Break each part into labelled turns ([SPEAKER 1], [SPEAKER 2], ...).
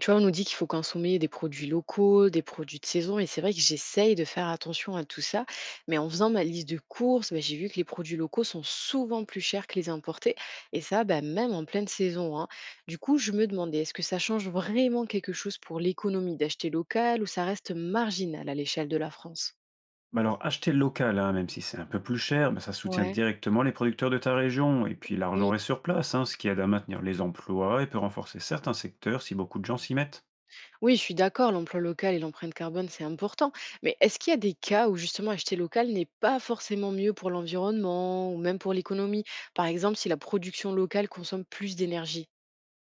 [SPEAKER 1] Tu vois, on nous dit qu'il faut consommer des produits locaux, des produits de saison, et c'est vrai que j'essaye de faire attention à tout ça, mais en faisant ma liste de courses, bah, j'ai vu que les produits locaux sont souvent plus chers que les importés, et ça, bah, même en pleine saison, hein. Du coup, je me demandais, est-ce que ça change vraiment quelque chose pour l'économie d'acheter local ou ça reste marginal à l'échelle de la France?
[SPEAKER 2] Bah alors, acheter local, hein, même si c'est un peu plus cher, bah ça soutient
[SPEAKER 1] Ouais.
[SPEAKER 2] directement les producteurs de ta région. Et puis l'argent reste sur place, hein, ce qui aide à maintenir les emplois et peut renforcer certains secteurs si beaucoup de gens s'y mettent.
[SPEAKER 1] Oui, je suis d'accord, l'emploi local et l'empreinte carbone, c'est important. Mais est-ce qu'il y a des cas où justement acheter local n'est pas forcément mieux pour l'environnement ou même pour l'économie? Par exemple, si la production locale consomme plus d'énergie.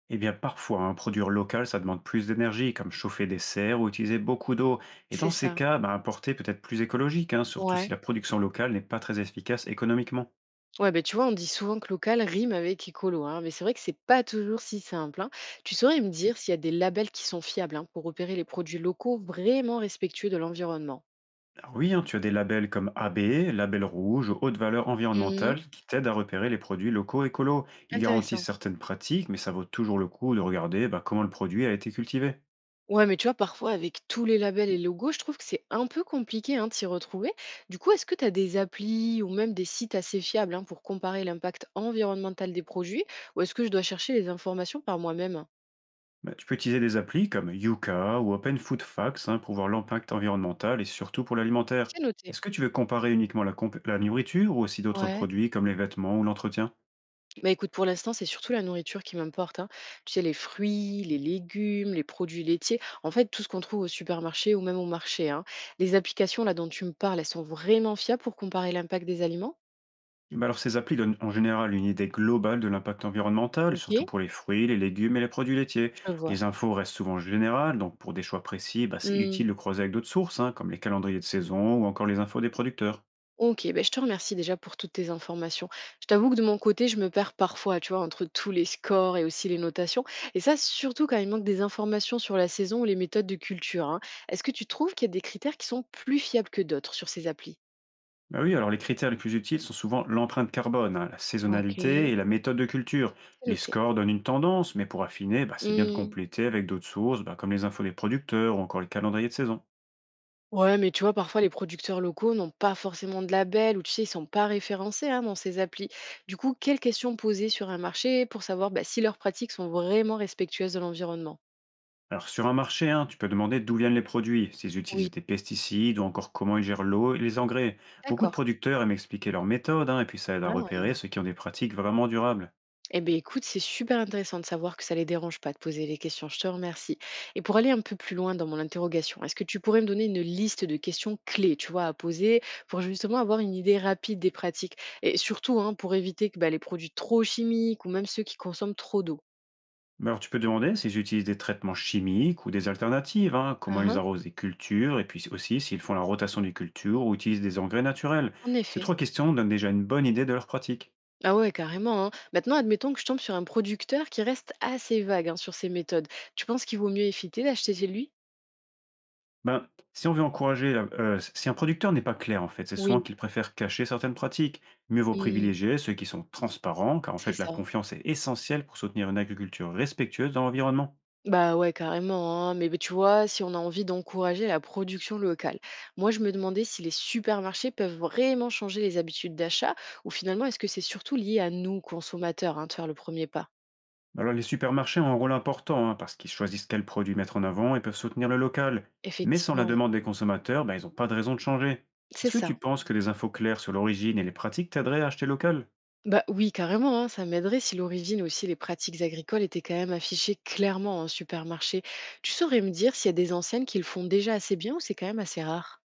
[SPEAKER 2] Eh bien, parfois, un produire local, ça demande plus d'énergie, comme chauffer des serres ou utiliser beaucoup d'eau. Et dans
[SPEAKER 1] C'est
[SPEAKER 2] ces
[SPEAKER 1] ça.
[SPEAKER 2] cas, bah, importer peut être plus écologique, hein, surtout si
[SPEAKER 1] Ouais.
[SPEAKER 2] la production locale n'est pas très efficace économiquement.
[SPEAKER 1] Ouais, ben tu vois, on dit souvent que local rime avec écolo, hein, mais c'est vrai que c'est pas toujours si simple, hein. Tu saurais me dire s'il y a des labels qui sont fiables, hein, pour repérer les produits locaux vraiment respectueux de l'environnement?
[SPEAKER 2] Alors oui, hein, tu as des labels comme AB, label rouge, haute valeur
[SPEAKER 1] Mhm.
[SPEAKER 2] environnementale, qui t'aident à repérer les produits locaux écolos. Ils garantissent
[SPEAKER 1] Intéressant.
[SPEAKER 2] certaines pratiques, mais ça vaut toujours le coup de regarder bah, comment le produit a été cultivé.
[SPEAKER 1] Ouais, mais tu vois, parfois, avec tous les labels et logos, je trouve que c'est un peu compliqué hein, de s'y retrouver. Du coup, est-ce que tu as des applis ou même des sites assez fiables hein, pour comparer l'impact environnemental des produits ou est-ce que je dois chercher les informations par moi-même?
[SPEAKER 2] Bah, tu peux utiliser des applis comme Yuka ou Open Food Facts hein, pour voir l'impact environnemental et surtout pour l'alimentaire.
[SPEAKER 1] C'est noté.
[SPEAKER 2] Est-ce que tu veux comparer uniquement la nourriture ou aussi d'autres
[SPEAKER 1] Ouais.
[SPEAKER 2] produits comme les vêtements ou l'entretien?
[SPEAKER 1] Bah écoute, pour l'instant, c'est surtout la nourriture qui m'importe, hein. Tu sais, les fruits, les légumes, les produits laitiers, en fait, tout ce qu'on trouve au supermarché ou même au marché, hein. Les applications là dont tu me parles, elles sont vraiment fiables pour comparer l'impact des aliments?
[SPEAKER 2] Bah alors ces applis donnent en général une idée globale de l'impact environnemental,
[SPEAKER 1] Ok,
[SPEAKER 2] surtout pour les fruits, les légumes et les produits laitiers.
[SPEAKER 1] je
[SPEAKER 2] Les
[SPEAKER 1] vois.
[SPEAKER 2] infos restent souvent générales, donc pour des choix précis, bah, c'est utile de croiser avec d'autres sources, hein, comme les calendriers de saison ou encore les infos des producteurs.
[SPEAKER 1] OK, ben je te remercie déjà pour toutes tes informations. Je t'avoue que de mon côté, je me perds parfois, tu vois, entre tous les scores et aussi les notations. Et ça, surtout quand il manque des informations sur la saison ou les méthodes de culture, hein. Est-ce que tu trouves qu'il y a des critères qui sont plus fiables que d'autres sur ces applis?
[SPEAKER 2] Bah oui, alors les critères les plus utiles sont souvent l'empreinte carbone, hein, la
[SPEAKER 1] Ok.
[SPEAKER 2] saisonnalité et la méthode de culture.
[SPEAKER 1] C'est
[SPEAKER 2] Les
[SPEAKER 1] noté.
[SPEAKER 2] scores donnent une tendance, mais pour affiner, bah, c'est bien de
[SPEAKER 1] Hmm.
[SPEAKER 2] compléter avec d'autres sources, bah, comme les infos des producteurs ou encore les calendriers de saison.
[SPEAKER 1] Ouais, mais tu vois, parfois les producteurs locaux n'ont pas forcément de label ou tu sais, ils sont pas référencés hein, dans ces applis. Du coup, quelles questions poser sur un marché pour savoir bah, si leurs pratiques sont vraiment respectueuses de l'environnement?
[SPEAKER 2] Alors sur un marché, hein, tu peux demander d'où viennent les produits, s'ils utilisent
[SPEAKER 1] Oui,
[SPEAKER 2] des pesticides ou encore comment ils gèrent l'eau et les engrais. Beaucoup de
[SPEAKER 1] d'accord.
[SPEAKER 2] producteurs aiment expliquer leurs méthodes hein, et puis ça aide à repérer ceux qui ont des pratiques vraiment durables.
[SPEAKER 1] Eh bien, écoute, c'est super intéressant de savoir que ça les dérange pas de poser les questions. Je te remercie. Et pour aller un peu plus loin dans mon interrogation, est-ce que tu pourrais me donner une liste de questions clés, tu vois, à poser pour justement avoir une idée rapide des pratiques et surtout hein, pour éviter que bah, les produits trop chimiques ou même ceux qui consomment trop d'eau.
[SPEAKER 2] Mais alors tu peux demander s'ils utilisent des traitements chimiques ou des alternatives, hein, comment ils
[SPEAKER 1] Uhum,
[SPEAKER 2] arrosent des cultures et puis aussi s'ils font la rotation des cultures ou utilisent des engrais naturels.
[SPEAKER 1] en
[SPEAKER 2] Ces
[SPEAKER 1] effet.
[SPEAKER 2] trois questions donnent déjà une bonne idée de leurs pratiques.
[SPEAKER 1] Ah ouais, carrément, hein. Maintenant, admettons que je tombe sur un producteur qui reste assez vague hein, sur ses méthodes. Tu penses qu'il vaut mieux éviter d'acheter chez lui?
[SPEAKER 2] Ben, si on veut encourager, si un producteur n'est pas clair, en fait, c'est souvent
[SPEAKER 1] Oui.
[SPEAKER 2] qu'il préfère cacher certaines pratiques. Mieux vaut
[SPEAKER 1] Mm,
[SPEAKER 2] privilégier ceux qui sont transparents, car en
[SPEAKER 1] c'est
[SPEAKER 2] fait, la
[SPEAKER 1] ça.
[SPEAKER 2] confiance est essentielle pour soutenir une agriculture respectueuse dans l'environnement.
[SPEAKER 1] Bah ouais, carrément, hein. Mais bah, tu vois, si on a envie d'encourager la production locale, moi je me demandais si les supermarchés peuvent vraiment changer les habitudes d'achat ou finalement est-ce que c'est surtout lié à nous, consommateurs, hein, de faire le premier pas?
[SPEAKER 2] Alors, les supermarchés ont un rôle important, hein, parce qu'ils choisissent quels produits mettre en avant et peuvent soutenir le local. Mais sans la
[SPEAKER 1] Effectivement,
[SPEAKER 2] demande des consommateurs, ben, ils n'ont pas de raison de changer.
[SPEAKER 1] c'est
[SPEAKER 2] Est-ce que
[SPEAKER 1] ça.
[SPEAKER 2] tu penses que des infos claires sur l'origine et les pratiques t'aideraient à acheter local?
[SPEAKER 1] Bah oui, carrément, hein, ça m'aiderait si l'origine aussi, les pratiques agricoles étaient quand même affichées clairement en supermarché. Tu saurais me dire s'il y a des enseignes qui le font déjà assez bien ou c'est quand même assez rare?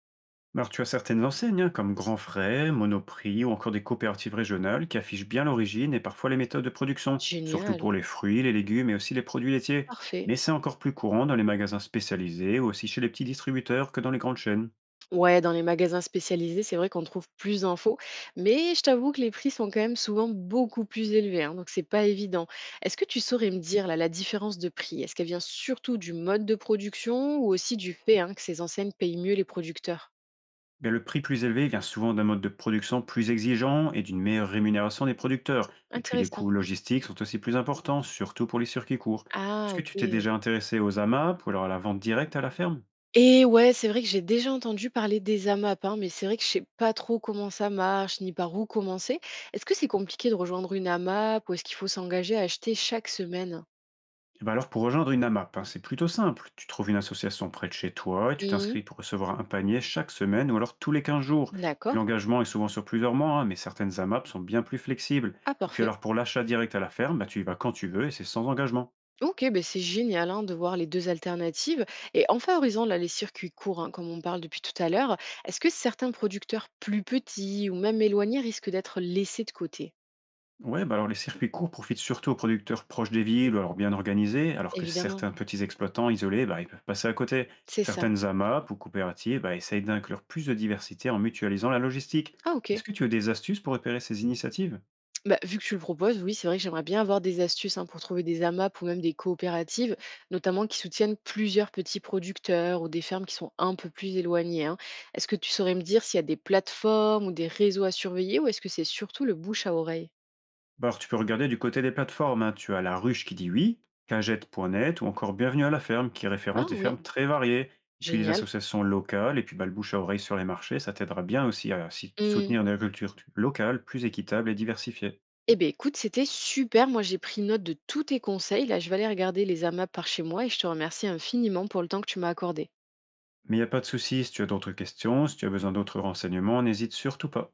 [SPEAKER 2] Alors, tu as certaines enseignes, hein, comme Grand Frais, Monoprix ou encore des coopératives régionales qui affichent bien l'origine et parfois les méthodes de production, surtout
[SPEAKER 1] Génial,
[SPEAKER 2] pour les fruits, les légumes et aussi les produits laitiers. Mais
[SPEAKER 1] parfait.
[SPEAKER 2] c'est encore plus courant dans les magasins spécialisés ou aussi chez les petits distributeurs que dans les grandes chaînes.
[SPEAKER 1] Ouais, dans les magasins spécialisés, c'est vrai qu'on trouve plus d'infos, mais je t'avoue que les prix sont quand même souvent beaucoup plus élevés, hein, donc c'est pas évident. Est-ce que tu saurais me dire là, la différence de prix? Est-ce qu'elle vient surtout du mode de production ou aussi du fait hein, que ces enseignes payent mieux les producteurs?
[SPEAKER 2] Bien, le prix plus élevé vient souvent d'un mode de production plus exigeant et d'une meilleure rémunération des producteurs. Et puis les
[SPEAKER 1] Intéressant.
[SPEAKER 2] coûts logistiques sont aussi plus importants, surtout pour les circuits courts. Est-ce
[SPEAKER 1] Ah,
[SPEAKER 2] que
[SPEAKER 1] ok.
[SPEAKER 2] tu t'es déjà intéressé aux AMAP ou alors à la vente directe à la ferme?
[SPEAKER 1] Et ouais, c'est vrai que j'ai déjà entendu parler des AMAP, hein, mais c'est vrai que je sais pas trop comment ça marche, ni par où commencer. Est-ce que c'est compliqué de rejoindre une AMAP ou est-ce qu'il faut s'engager à acheter chaque semaine?
[SPEAKER 2] Eh ben alors pour rejoindre une AMAP, hein, c'est plutôt simple. Tu trouves une association près de chez toi et tu t'inscris
[SPEAKER 1] Mhm.
[SPEAKER 2] pour recevoir un panier chaque semaine ou alors tous les 15 jours. Puis
[SPEAKER 1] D'accord.
[SPEAKER 2] l'engagement est souvent sur plusieurs mois, hein, mais certaines AMAP sont bien plus flexibles.
[SPEAKER 1] Ah
[SPEAKER 2] Et puis
[SPEAKER 1] parfait.
[SPEAKER 2] alors pour l'achat direct à la ferme, bah tu y vas quand tu veux et c'est sans engagement.
[SPEAKER 1] OK, ben c'est génial, hein, de voir les 2 alternatives et en favorisant là les circuits courts, hein, comme on parle depuis tout à l'heure, est-ce que certains producteurs plus petits ou même éloignés risquent d'être laissés de côté?
[SPEAKER 2] Ouais, bah alors les circuits courts profitent surtout aux producteurs proches des villes ou alors bien organisés, alors que
[SPEAKER 1] Évidemment,
[SPEAKER 2] certains petits exploitants isolés, bah, ils peuvent passer à côté.
[SPEAKER 1] c'est ça.
[SPEAKER 2] Certaines AMAP ou coopératives bah, essayent d'inclure plus de diversité en mutualisant la logistique.
[SPEAKER 1] Ah
[SPEAKER 2] Est-ce
[SPEAKER 1] OK.
[SPEAKER 2] que tu as des astuces pour repérer ces initiatives?
[SPEAKER 1] Bah, vu que tu le proposes, oui, c'est vrai que j'aimerais bien avoir des astuces, hein, pour trouver des AMAP ou même des coopératives, notamment qui soutiennent plusieurs petits producteurs ou des fermes qui sont un peu plus éloignées, hein. Est-ce que tu saurais me dire s'il y a des plateformes ou des réseaux à surveiller ou est-ce que c'est surtout le bouche à oreille?
[SPEAKER 2] Bah alors tu peux regarder du côté des plateformes, hein. Tu as La Ruche qui dit oui, Cagette.net ou encore Bienvenue à la ferme qui référence
[SPEAKER 1] Ah
[SPEAKER 2] des
[SPEAKER 1] oui.
[SPEAKER 2] fermes très variées. Et puis les
[SPEAKER 1] Génial.
[SPEAKER 2] associations locales et puis bah, le bouche à oreille sur les marchés, ça t'aidera bien aussi à
[SPEAKER 1] Mmh.
[SPEAKER 2] soutenir une agriculture locale plus équitable et diversifiée.
[SPEAKER 1] Eh beh, écoute, c'était super. Moi, j'ai pris note de tous tes conseils. Là, je vais aller regarder les amas par chez moi et je te remercie infiniment pour le temps que tu m'as accordé.
[SPEAKER 2] Mais il n'y a pas de souci, si tu as d'autres questions, si tu as besoin d'autres renseignements, n'hésite surtout pas.